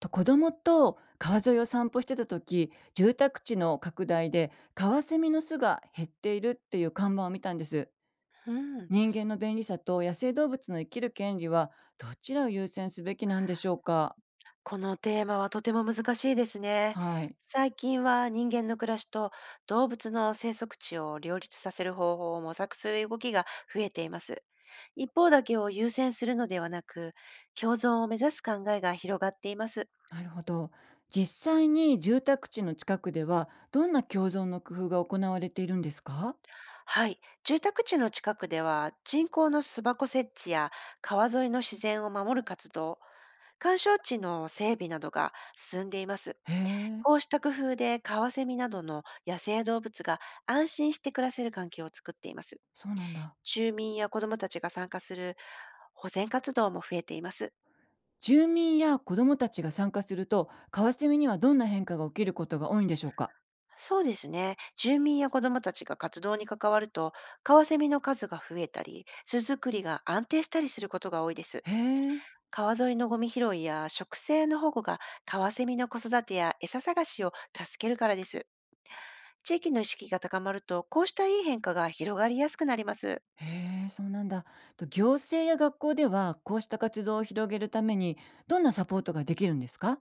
と、子供と川沿いを散歩してた時、住宅地の拡大でカワセミの巣が減っているっていう看板を見たんです。うん、人間の便利さと野生動物の生きる権利はどちらを優先すべきなんでしょうか？このテーマはとても難しいですね。はい、最近は人間の暮らしと動物の生息地を両立させる方法を模索する動きが増えています。一方だけを優先するのではなく、共存を目指す考えが広がっています。なるほど。実際に住宅地の近くではどんな共存の工夫が行われているんですか？はい。住宅地の近くでは人工の巣箱設置や川沿いの自然を守る活動、鑑賞地の整備などが進んでいます。へえ、こうした工夫でカワセミなどの野生動物が安心して暮らせる環境を作っています。そうなんだ。住民や子どもたちが参加する保全活動も増えています。住民や子供たちが参加すると、カワセミにはどんな変化が起きることが多いんでしょうか？そうですね。住民や子どもたちが活動に関わると、カワセミの数が増えたり、巣作りが安定したりすることが多いです。へえ。川沿いのゴミ拾いや植生の保護がカワセミの子育てや餌探しを助けるからです。地域の意識が高まると、こうしたいい変化が広がりやすくなります。へえ、そうなんだ。と、行政や学校ではこうした活動を広げるためにどんなサポートができるんですか？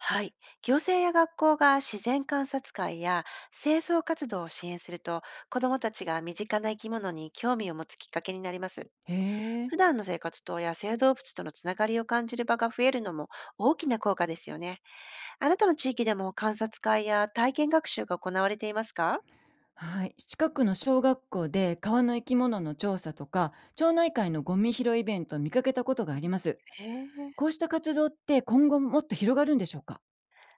はい。行政や学校が自然観察会や清掃活動を支援すると、子どもたちが身近な生き物に興味を持つきっかけになります。へえ。普段の生活と野生動物とのつながりを感じる場が増えるのも大きな効果ですよね。あなたの地域でも観察会や体験学習が行われていますか？はい。近くの小学校で川の生き物の調査とか町内会のゴミ拾いイベントを見かけたことがあります。へこえ。うした活動って今後もっと広がるんでしょうか？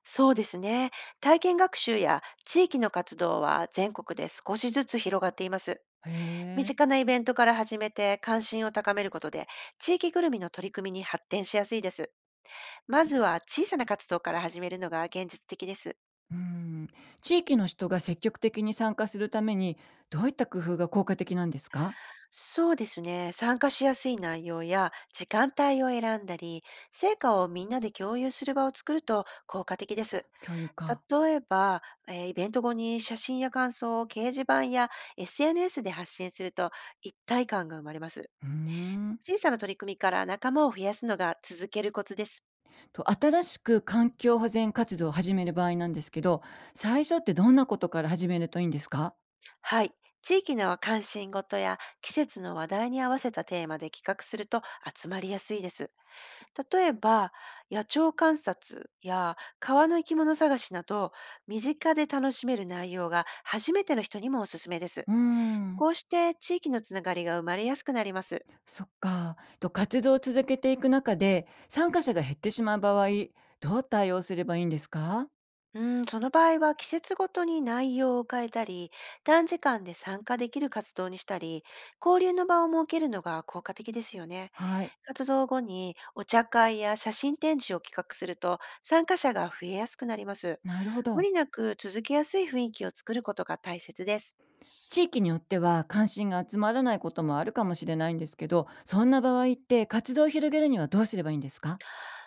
そうですね。体験学習や地域の活動は全国で少しずつ広がっています。へ身え。近なイベントから始めて関心を高めることで、地域ぐるみの取り組みに発展しやすいです。まずは小さな活動から始めるのが現実的です。うん。地域の人が積極的に参加するためにどういった工夫が効果的なんですか？そうですね。参加しやすい内容や時間帯を選んだり、成果をみんなで共有する場を作ると効果的です。教諭か。例えば、イベント後に写真や感想を掲示板や SNS で発信すると一体感が生まれます。うーん。小さな取り組みから仲間を増やすのが続けるコツです。と、新しく環境保全活動を始める場合なんですけど、最初ってどんなことから始めるといいんですか？はい。地域の関心事や季節の話題に合わせたテーマで企画すると集まりやすいです。例えば、野鳥観察や川の生き物探しなど、身近で楽しめる内容が初めての人にもおすすめです。うーん、こうして地域のつながりが生まれやすくなります。そっか。と、活動を続けていく中で、参加者が減ってしまう場合、どう対応すればいいんですか？うん、その場合は季節ごとに内容を変えたり、短時間で参加できる活動にしたり、交流の場を設けるのが効果的ですよね。はい、活動後にお茶会や写真展示を企画すると参加者が増えやすくなります。なるほ無ど。理なく続けやすい雰囲気を作ることが大切です。地域によっては関心が集まらないこともあるかもしれないんですけど、そんな場合って活動を広げるにはどうすればいいんですか？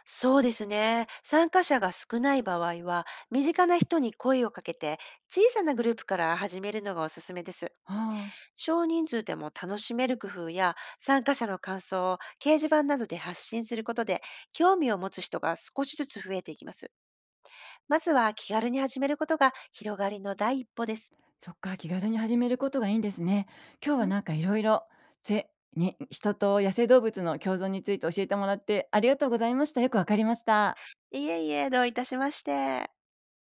そうですね。参加者が少ない場合は身近な人に声をかけて小さなグループから始めるのがおすすめです。ああ。少人数でも楽しめる工夫や参加者の感想を掲示板などで発信することで興味を持つ人が少しずつ増えていきます。まずは気軽に始めることが広がりの第一歩です。そっか、気軽に始めることがいいんですね。今日はなんかいろいろ、せに人と野生動物の共存について教えてもらってありがとうございました。よくわかりました。いえいえ、どういたしまして。